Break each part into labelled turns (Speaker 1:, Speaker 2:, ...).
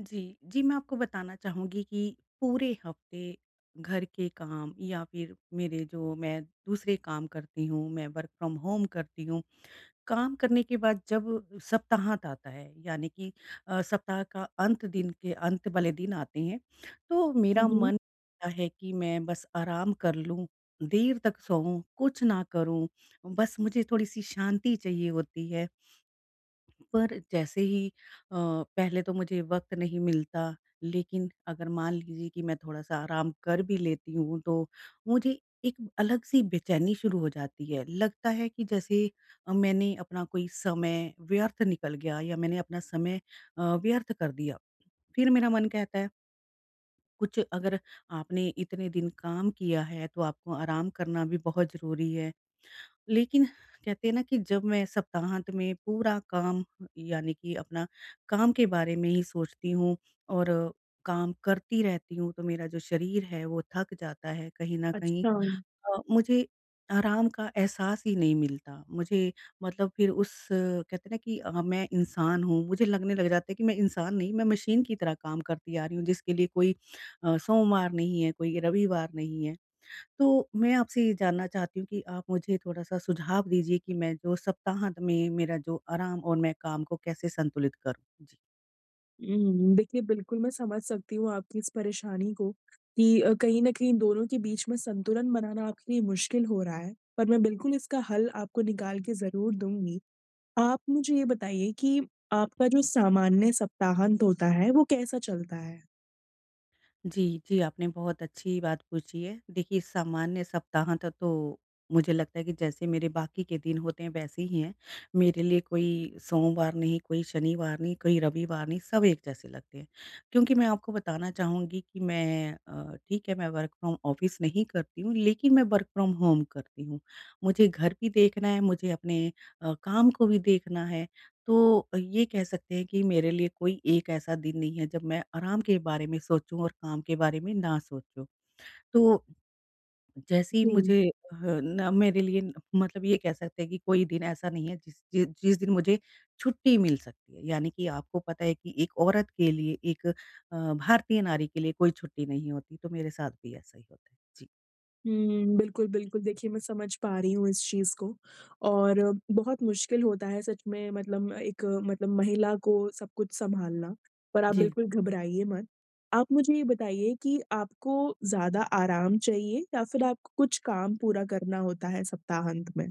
Speaker 1: जी, जी, मैं आपको बताना चाहूँगी कि पूरे हफ़्ते घर के काम या फिर मेरे जो मैं दूसरे काम करती हूँ, मैं वर्क फ्रॉम होम करती हूँ। काम करने के बाद जब सप्ताहांत आता है, यानी कि सप्ताह का अंत दिन के अंत वाले दिन आते हैं, तो मेरा
Speaker 2: हुँ, हुँ।
Speaker 1: मन करता है कि मैं बस आराम कर लूँ, देर तक सोऊँ, कुछ ना करूँ, बस मुझे थोड़ी-सी शांति चाहिए होती है। पर जैसे ही अ, पहले तो मुझे वक़्त नहीं मिलता, लेकिन अगर मान लीजिए कि मैं थोड़ा-सा आराम कर भी लेती हूँ, तो मुझे एक अलग-सी बेचैनी शुरू हो जाती है। लगता है कि जैसे मैंने अपना कोई समय व्यर्थ निकल गया या मैंने अपना समय अ, व्यर्थ कर दिया। फिर मेरा मन कहता है, कुछ अगर आपने इतने दिन काम किया है, तो आपको आराम करना भी बहुत ज़रूरी है। लेकिन कहते हैं ना कि जब मैं सप्ताहांत में पूरा काम यानी कि अपना काम के बारे में ही सोचती हूँ और काम करती रहती हूँ तो मेरा जो शरीर है वो थक जाता है कहीं ना कहीं।
Speaker 2: अच्छा।
Speaker 1: मुझे आराम का एहसास ही नहीं मिलता मुझे मतलब फिर उस कहते हैं ना कि मैं इंसान हूँ मुझे लगने लग जाता है कि मैं इंसान नहीं मैं मशीन की तरह काम करती आ रही हूँ जिसके लिए कोई सोमवार नहीं है कोई रविवार नहीं है। तो मैं आपसे ये जानना चाहती हूँ कि आप मुझे थोड़ा-सा सुझाव दीजिए कि मैं जो सप्ताहांत में मेरा जो आराम और मैं काम को कैसे संतुलित करूँ? जी।
Speaker 2: देखिए बिल्कुल मैं समझ सकती हूँ आपकी इस परेशानी को कि कहीं न कहीं दोनों के बीच में संतुलन बनाना आपके लिए मुश्किल हो रहा है, पर मैं बिल्कुल इसका हल आपको निकाल के ज़रूर दूँगी। आप मुझे ये बताइए कि आपका जो सामान्य सप्ताहांत होता है, वो कैसा चलता है?
Speaker 1: जी, जी, आपने बहुत अच्छी बात पूछी है। देखिए, सामान्य सप्ताहांत तो मुझे लगता है कि जैसे मेरे बाकी के दिन होते हैं, वैसे ही हैं। मेरे लिए कोई सोमवार नहीं, कोई शनिवार नहीं, कोई रविवार नहीं, सब एक जैसे लगते हैं। क्योंकि मैं आपको बताना चाहूँगी कि मैं ठीक है, मैं वर्क फ्रॉम ऑफ़िस नहीं करती हूँ, लेकिन मैं वर्क फ्रॉम होम करती हूँ। मुझे घर भी देखना है, मुझे अपने काम को भी देखना है। तो ये कह सकते हैं कि मेरे लिए कोई एक ऐसा दिन नहीं है जब मैं आराम के बारे में सोचूँ और काम के बारे में ना सोचूँ। तो जैसे ही
Speaker 2: जी।
Speaker 1: मुझे ना मेरे लिए मतलब ये कह सकते हैं कि कोई दिन ऐसा नहीं है जिस दिन मुझे छुट्टी मिल सकती है। यानी कि आपको पता है कि एक औरत के लिए एक भारतीय नारी के लिए कोई छुट्टी नहीं होती, तो मेरे साथ भी ऐसा ही होता है। जी।
Speaker 2: हुँ, बिल्कुल, बिल्कुल। देखिए, मैं समझ पा रही हूँ इस चीज़ को और बहुत मुश्किल होता है सच में मतलब एक मतलब महिला को सब कुछ सँभालना, पर आप
Speaker 1: जी।
Speaker 2: बिल्कुल घबराइए मत। आप मुझे ये बताइए कि आपको ज़्यादा आराम चाहिए या फिर आपको कुछ काम पूरा करना होता है सप्ताहांत में?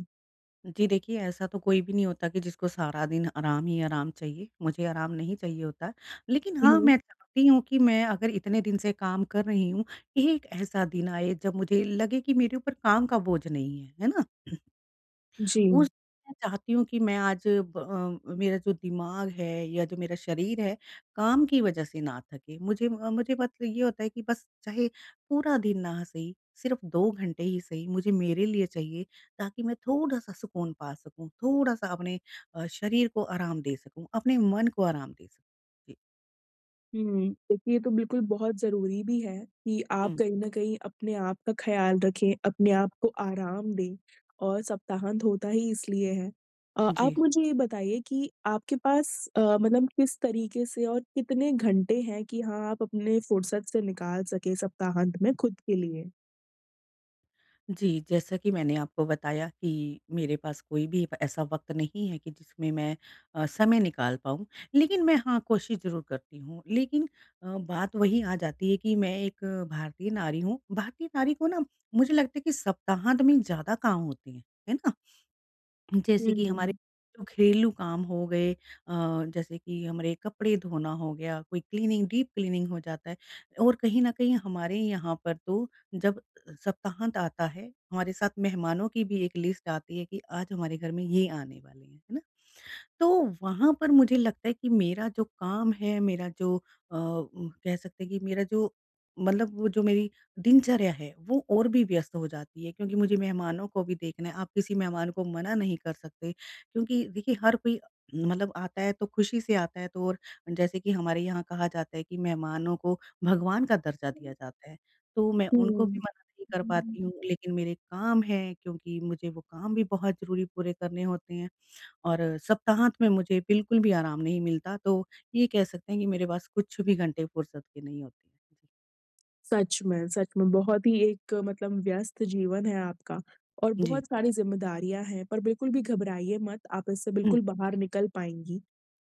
Speaker 1: जी देखिए, ऐसा तो कोई भी नहीं होता कि जिसको सारा दिन आराम ही आराम चाहिए, मुझे आराम नहीं चाहिए होता। लेकिन हाँ,
Speaker 2: हुँ,
Speaker 1: मैं चाहती हूँ कि मैं अगर इतने दिन से काम कर रही हूँ, एक ऐसा दिन आए जब मुझे लगे कि मेरे ऊपर काम का बोझ नहीं है, है ना?
Speaker 2: जी।
Speaker 1: उस मैं चाहती हूँ कि मैं आज मेरा जो दिमाग है या जो मेरा शरीर है, काम की वजह से ना थके। मुझे मतलब ये होता है कि बस चाहे पूरा दिन ना सही, सिर्फ़ 2 घंटे ही सही मुझे मेरे लिए चाहिए ताकि मैं थोड़ा-सा सुकून पा सकूँ, थोड़ा-सा अपने शरीर को आराम दे सकूँ, अपने मन को आराम दे सकूँ। जी।
Speaker 2: हुँ। देखिए, ये तो बिल्कुल बहुत ज़रूरी भी है कि आप
Speaker 1: हुँ।
Speaker 2: कहीं न कहीं अपने आप का ख़्याल रखें, अपने आप को आराम दें और सप्ताहांत होता ही इसलिए है।
Speaker 1: जी।
Speaker 2: आप मुझे ये बताइए कि आपके पास मतलब किस तरीके से और कितने घंटे हैं कि हाँ, आप अपने फ़ुर्सत से निकाल सकें सप्ताहांत में खुद के लिए?
Speaker 1: जी, जैसा कि मैंने आपको बताया कि मेरे पास कोई भी प ऐसा वक़्त नहीं है कि जिसमें मैं समय निकाल पाऊँ। लेकिन मैं हाँ, कोशिश ज़रूर करती हूँ। लेकिन बात वही आ जाती है कि मैं एक भारतीय नारी हूँ। भारतीय नारी को ना मुझे लगता है कि सप्ताहांत में ज़्यादा काम होते हैं। है ना? जैसे
Speaker 2: हुँ,
Speaker 1: कि हमारे
Speaker 2: हुँ।
Speaker 1: जो घरेलू काम हो गए जैसे कि हमारे कपड़े धोना हो गया, कोई क्लीनिंग डीप क्लीनिंग हो जाता है और कहीं न कहीं हमारे यहाँ पर तो जब सप्ताहांत आता है, हमारे साथ मेहमानों की भी एक लिस्ट आती है कि आज हमारे घर में ये आने वाले हैं। है ना? तो वहाँ पर मुझे लगता है कि मेरा जो काम है, मेरा जो कह सकते हैं कि मेरा जो मतलब वो जो मेरी दिनचर्या है, वो और भी व्यस्त हो जाती है क्योंकि मुझे मेहमानों को भी देखना है। आप किसी मेहमान को मना नहीं कर सकते क्योंकि देखिए हर कोई मतलब आता है तो खुशी से आता है तो और जैसे कि हमारे यहाँ कहा जाता है कि मेहमानों को भगवान का दर्जा दिया जाता है। तो मैं उनको भी मना नहीं कर
Speaker 2: हुँ।
Speaker 1: पाती हूँ, लेकिन मेरे काम हैं क्योंकि मुझे वो काम भी बहुत ज़रूरी पूरे करने होते हैं। और सप्ताहांत में मुझे बिल्कुल भी आराम नहीं मिलता, तो ये कह सकते हैं कि मेरे पास कुछ भी घंटे फुर्सत के नहीं होते हैं। जी।
Speaker 2: सच में बहुत ही एक मतलब व्यस्त जीवन है आपका और
Speaker 1: जी।
Speaker 2: बहुत सारी ज़िम्मेदारियाँ हैं, पर बिल्कुल भी घबराइए मत, आप इससे
Speaker 1: हुँ,
Speaker 2: बिल्कुल बाहर निकल पाएँगी।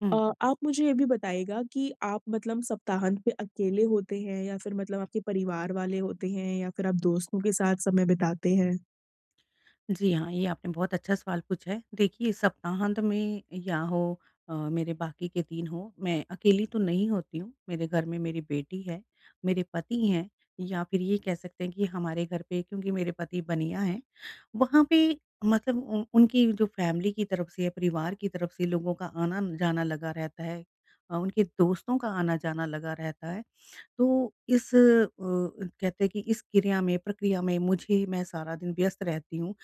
Speaker 1: हुँ।
Speaker 2: आप मुझे ये भी बताइएगा कि आप मतलब सप्ताहांत पे अकेले होते हैं या फिर मतलब आपके परिवार वाले होते हैं या फिर आप दोस्तों के साथ समय बिताते हैं?
Speaker 1: जी हाँ, ये आपने बहुत अच्छा सवाल पूछा है। देखिए सप्ताहांत में या हो मेरे बाकी के दिन हो, मैं अकेली तो नहीं होती हूँ। मेरे घर में मेरी बेटी है, मेरे पति हैं या फिर ये कह सकते हैं कि हमारे घर पे क्योंकि मेरे पति बनिया हैं, वहाँ पे मतलब उ उनकी जो फैमिली की तरफ से या परिवार की तरफ से लोगों का आना-जाना लगा रहता है। उनके दोस्तों का आना-जाना लगा रहता है। तो इस कहते हैं कि इस क्रिया में, प्रक्रिया में मुझे मैं सारा दिन व्यस्त रहती हूँ।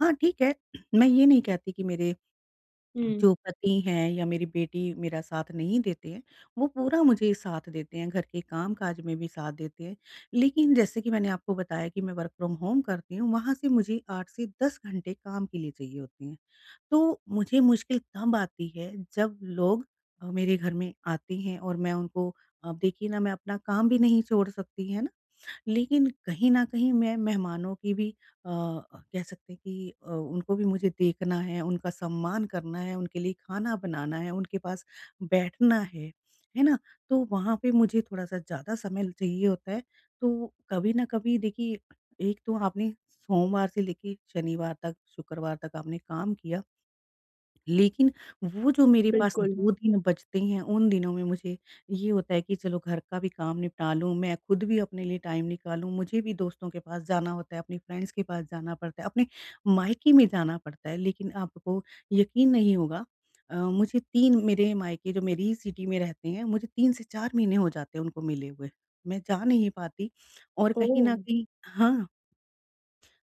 Speaker 1: हाँ, ठीक है, मैं ये नहीं कहती कि मेरे
Speaker 2: हुँ।
Speaker 1: जो पति हैं या मेरी बेटी मेरा साथ नहीं देते हैं, वो पूरा मुझे साथ देते हैं, घर के काम-काज में भी साथ देते हैं। लेकिन जैसे कि मैंने आपको बताया कि मैं वर्क फ्रॉम होम करती हूँ, वहाँ से मुझे 8 से 10 घंटे काम के लिए चाहिए होते हैं। तो मुझे मुश्किल तब आती है जब लोग मेरे घर में आते हैं और मैं उनको अब देखिए ना मैं अपना काम भी नहीं छोड़ सकती है ना, लेकिन कहीं न कहीं मैं मेहमानों की भी कह सकते हैं कि उनको भी मुझे देखना है, उनका सम्मान करना है, उनके लिए खाना बनाना है, उनके पास बैठना है ना? तो वहाँ पे मुझे थोड़ा-सा ज़्यादा समय चाहिए होता है। तो कभी न कभी देखिए एक तो आपने सोमवार से लेके शनिवार तक, शुक्रवार तक आपने काम किया। लेकिन वो जो मेरे पास
Speaker 2: बिल्कुल।
Speaker 1: 2 दिन बचते हैं, उन दिनों में मुझे ये होता है कि चलो घर का भी काम निपटा लूँ, मैं खुद भी अपने लिए टाइम निकालूँ, मुझे भी दोस्तों के पास जाना होता है, अपनी फ्रेंड्स के पास जाना पड़ता है, अपने मायके में जाना पड़ता है। लेकिन आपको यकीन नहीं होगा मुझे 3 मेरे मायके जो मेरी ही सिटी में रहते हैं, मुझे 3 से 4 महीने हो जाते हैं उनको मिले हुए। मैं जा नहीं पाती और कहीं
Speaker 2: ओह!
Speaker 1: न कहीं हाँ।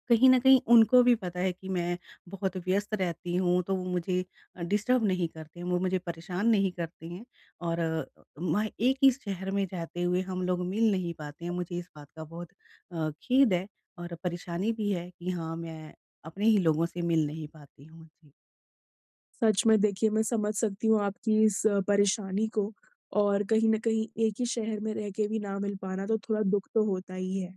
Speaker 1: कहीं न कहीं उनको भी पता है कि मैं बहुत व्यस्त रहती हूँ, तो वो मुझे डिस्टर्ब नहीं करते हैं, वो मुझे परेशान नहीं करते हैं और मैं एक ही शहर में रहते हुए हम लोग मिल नहीं पाते हैं। मुझे इस बात का बहुत खेद है और परेशानी भी है कि हाँ, मैं अपने ही लोगों से मिल नहीं पाती हूँ। जी।
Speaker 2: सच में देखिए मैं समझ सकती हूँ आपकी इस परेशानी को और कहीं न कहीं एक ही शहर में रह के भी ना मिल पाना तो थोड़ा दुःख तो होता ही है।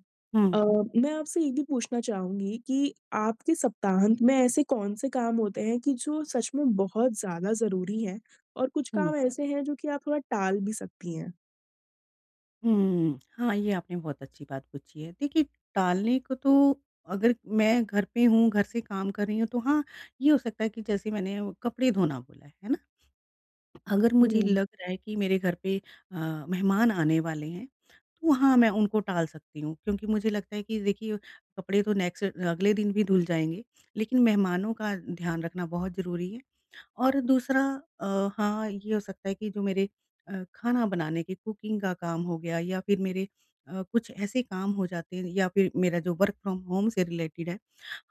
Speaker 2: अ,
Speaker 1: हुँ,
Speaker 2: मैं आपसे ये भी पूछना चाहूँगी कि आपके सप्ताहांत में ऐसे कौन-से काम होते हैं कि जो सच में बहुत ज़्यादा ज़रूरी हैं और कुछ
Speaker 1: हुँ,
Speaker 2: काम ऐसे हैं जो कि आप थोड़ा टाल भी सकती हैं?
Speaker 1: हुँ। हाँ, ये आपने बहुत अच्छी बात पूछी है। देखिए, टालने को तो अगर मैं घर पे हूँ, घर से काम कर रही हूँ, तो हाँ, ये हो सकता है कि जैसे मैंने वो कपड़े धोना बोला है ना? अगर मुझे
Speaker 2: हुँ।
Speaker 1: लग रहा है कि मेरे घर पे अ, मेहमान आने वाले हैं, तो हाँ, मैं उनको टाल सकती हूँ क्योंकि मुझे लगता है कि देखिए कपड़े तो नेक्स्ट अगले दिन भी धुल जाएँगे, लेकिन मेहमानों का ध्यान रखना बहुत ज़रूरी है। और दूसरा हाँ, ये हो सकता है कि जो मेरे खाना बनाने की कुकिंग का काम हो गया या फिर मेरे कुछ ऐसे काम हो जाते हैं या फिर मेरा जो वर्क फ्रॉम होम से रिलेटेड है,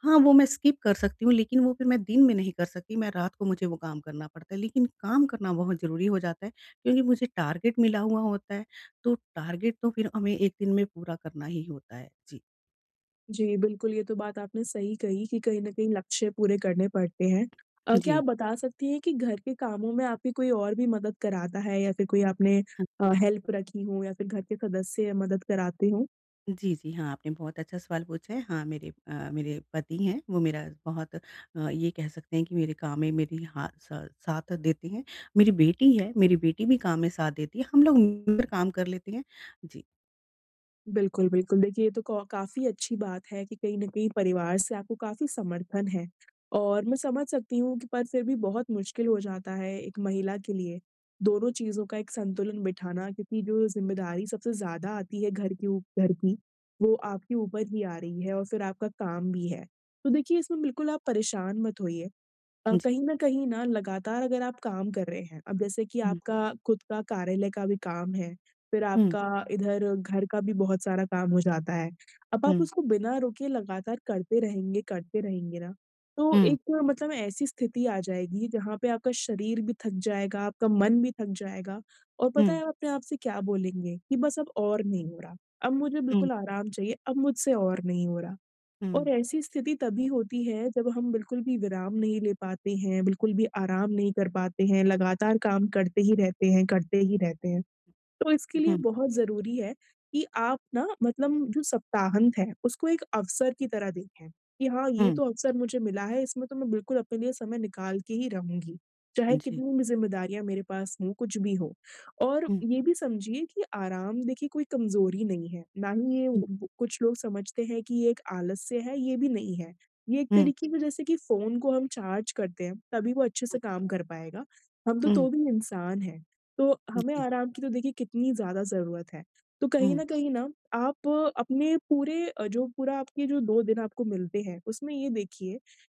Speaker 1: हाँ, वो मैं स्किप कर सकती हूँ, लेकिन वो फिर मैं दिन में नहीं कर सकती, मैं रात को मुझे वो काम करना पड़ता है। लेकिन काम करना बहुत ज़रूरी हो जाता है, क्योंकि मुझे टारगेट मिला हुआ होता है, तो टारगेट तो फिर हमें 1 दिन में पूरा करना ही होता है। जी,
Speaker 2: जी, बिल्कुल, ये तो बात आपने सही कही कि कहीं न कहीं लक्ष्य पूरे करने पड़ते हैं। क्या
Speaker 1: जी।
Speaker 2: आप बता सकती हैं कि घर के कामों में आपकी कोई और भी मदद कराता है या फिर कोई आपने
Speaker 1: हाँ,
Speaker 2: हेल्प रखी हो या फिर घर के सदस्य मदद कराते हों?
Speaker 1: जी, जी। हाँ, आपने बहुत अच्छा सवाल पूछा है। हाँ, मेरे पति हैं, वो मेरा बहुत ये कह सकते हैं कि मेरे काम में मेरी हाँ स साथ देते हैं। मेरी बेटी है, मेरी बेटी भी काम में साथ देती है, हम लोग मिलकर काम कर लेते हैं। जी,
Speaker 2: बिल्कुल, बिल्कुल। देखिए, ये तो कौ काफ़ी अच्छी बात है कि कहीं न कहीं परिवार से आपको काफ़ी समर्थन है और मैं समझ सकती हूँ कि पर फिर भी बहुत मुश्किल हो जाता है एक महिला के लिए, दोनों चीज़ों का एक संतुलन बिठाना क्योंकि जो ज़िम्मेदारी सबसे ज़्यादा आती है घर के ऊ घर की, वो आपके ऊपर ही आ रही है और फिर आपका काम भी है। तो देखिए, इसमें बिल्कुल आप परेशान मत होइए।
Speaker 1: जी।
Speaker 2: कहीं न कहीं ना लगातार अगर आप काम कर रहे हैं, अब जैसे कि
Speaker 1: हुँ,
Speaker 2: आपका खुद का कार्यालय का भी काम है, फिर
Speaker 1: हुँ,
Speaker 2: आपका इधर घर का भी बहुत सारा काम हो जाता है। अब आप
Speaker 1: हुँ,
Speaker 2: उसको बिना रुके लगातार करते रहेंगे ना, तो
Speaker 1: हुँ,
Speaker 2: एक मतलब ऐसी स्थिति आ जाएगी जहाँ पे आपका शरीर भी थक जाएगा, आपका मन भी थक जाएगा और पता
Speaker 1: हुँ।
Speaker 2: है आप अपने आप से क्या बोलेंगे कि बस अब और नहीं हो रहा, अब मुझे
Speaker 1: हुँ,
Speaker 2: बिल्कुल आराम चाहिए, अब मुझसे और नहीं हो रहा। और
Speaker 1: हुँ,
Speaker 2: ऐसी स्थिति तभी होती है जब हम बिल्कुल भी विराम नहीं ले पाते हैं, बिल्कुल भी आराम नहीं कर पाते हैं, लगातार काम करते ही रहते हैं, करते ही रहते हैं। तो इसके लिए
Speaker 1: हुँ,
Speaker 2: बहुत ज़रूरी है कि आप ना मतलब जो सप्ताहांत है, उसको एक अवसर की तरह देखें कि हाँ, ये
Speaker 1: हुँ,
Speaker 2: तो अवसर मुझे मिला है, इसमें तो मैं बिल्कुल अपने लिए समय निकाल के ही रहूँगी, चाहे
Speaker 1: जी।
Speaker 2: कितनी भी ज़िम्मेदारियाँ मेरे पास हों, कुछ भी हो। और
Speaker 1: हुँ,
Speaker 2: ये भी समझिए कि आराम देखिए कोई कमज़ोरी नहीं है, ना ही ये
Speaker 1: हुँ,
Speaker 2: ब कुछ लोग समझते हैं कि ये एक आलस्य है, ये भी नहीं है। ये एक
Speaker 1: हुँ,
Speaker 2: तरीके का जैसे कि फ़ोन को हम चार्ज करते हैं, तभी वो अच्छे से काम कर पाएगा। हम
Speaker 1: हुँ,
Speaker 2: तो भी इंसान हैं। तो हमें
Speaker 1: जी,
Speaker 2: आराम की तो देखिए कितनी ज़्यादा ज़रूरत है। तो कहीं
Speaker 1: हुँ,
Speaker 2: न कहीं ना आप अपने पूरे अ, जो पूरा आपके जो 2 दिन आपको मिलते हैं, उसमें ये देखिए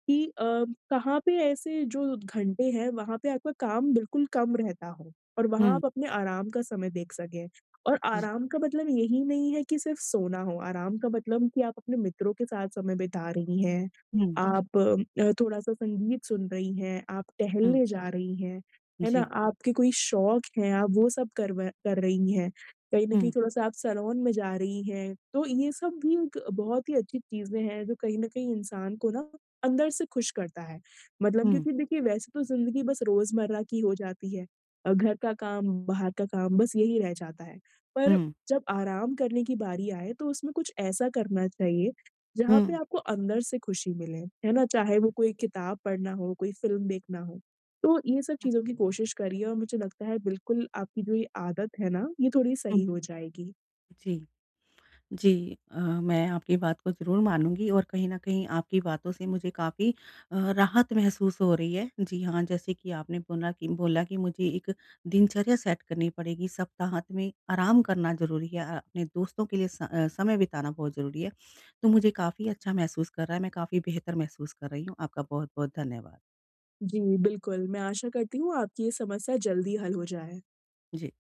Speaker 2: कि कहाँ पे ऐसे जो घंटे हैं, वहाँ पे आपका काम बिल्कुल कम रहता हो और वहाँ
Speaker 1: हुँ,
Speaker 2: आप अपने आराम का समय देख सकें। और
Speaker 1: जी,
Speaker 2: आराम का मतलब यही नहीं है कि सिर्फ़ सोना हो, आराम का मतलब कि आप अपने मित्रों के साथ समय बिता रही हैं, हुँ।
Speaker 1: हुँ,
Speaker 2: आप थोड़ा-सा संगीत सुन रही हैं, आप
Speaker 1: हुँ,
Speaker 2: टहलने जा रही हैं। है ना?
Speaker 1: जी,
Speaker 2: आपके कोई शौक हैं, आप वो सब करवा कर रही हैं। कहीं न
Speaker 1: हुँ,
Speaker 2: कहीं थोड़ा-सा आप सैलून में जा रही हैं। तो ये सब भी एक बहुत ही अच्छी चीज़ें हैं जो कहीं न कहीं इंसान को ना अंदर से खुश करता है। मतलब
Speaker 1: हुँ,
Speaker 2: क्योंकि देखिए वैसे तो ज़िंदगी बस रोज़मर्रा की हो जाती है। घर का काम, बाहर का काम बस यही रह जाता है। पर
Speaker 1: हुँ,
Speaker 2: जब आराम करने की बारी आए तो उसमें कुछ ऐसा करना चाहिए
Speaker 1: हुँ,
Speaker 2: जहाँ पे आपको अंदर से खुशी मिले। है ना? चाहे वो
Speaker 1: हुँ,
Speaker 2: कोई किताब पढ़ना हो, कोई फ़िल्म देखना हो। तो ये सब
Speaker 1: हुँ,
Speaker 2: चीज़ों की कोशिश करिए और मुझे लगता है बिल्कुल आपकी जो ये आदत है ना, ये थोड़ी
Speaker 1: हुँ,
Speaker 2: सही हो जाएगी।
Speaker 1: जी। जी, मैं आपकी बात को ज़रूर मानूँगी और कहीं न कहीं आपकी बातों से मुझे काफ़ी राहत महसूस हो रही है। जी हाँ, जैसे कि आपने बोला कि मुझे एक दिनचर्या सेट करनी पड़ेगी, सप्ताहांत में आराम करना ज़रूरी है, अपने दोस्तों के लिए समय बिताना बहुत ज़रूरी है। तो मुझे काफ़ी अच्छा महसूस कर रहा है, मैं काफ़ी बेहतर महसूस कर रही हूँ। आपका बहुत-बहुत धन्यवाद।
Speaker 2: जी, बिल्कुल, मैं आशा करती हूँ आपकी ये समस्या जल्दी हल हो जाए।
Speaker 1: जी।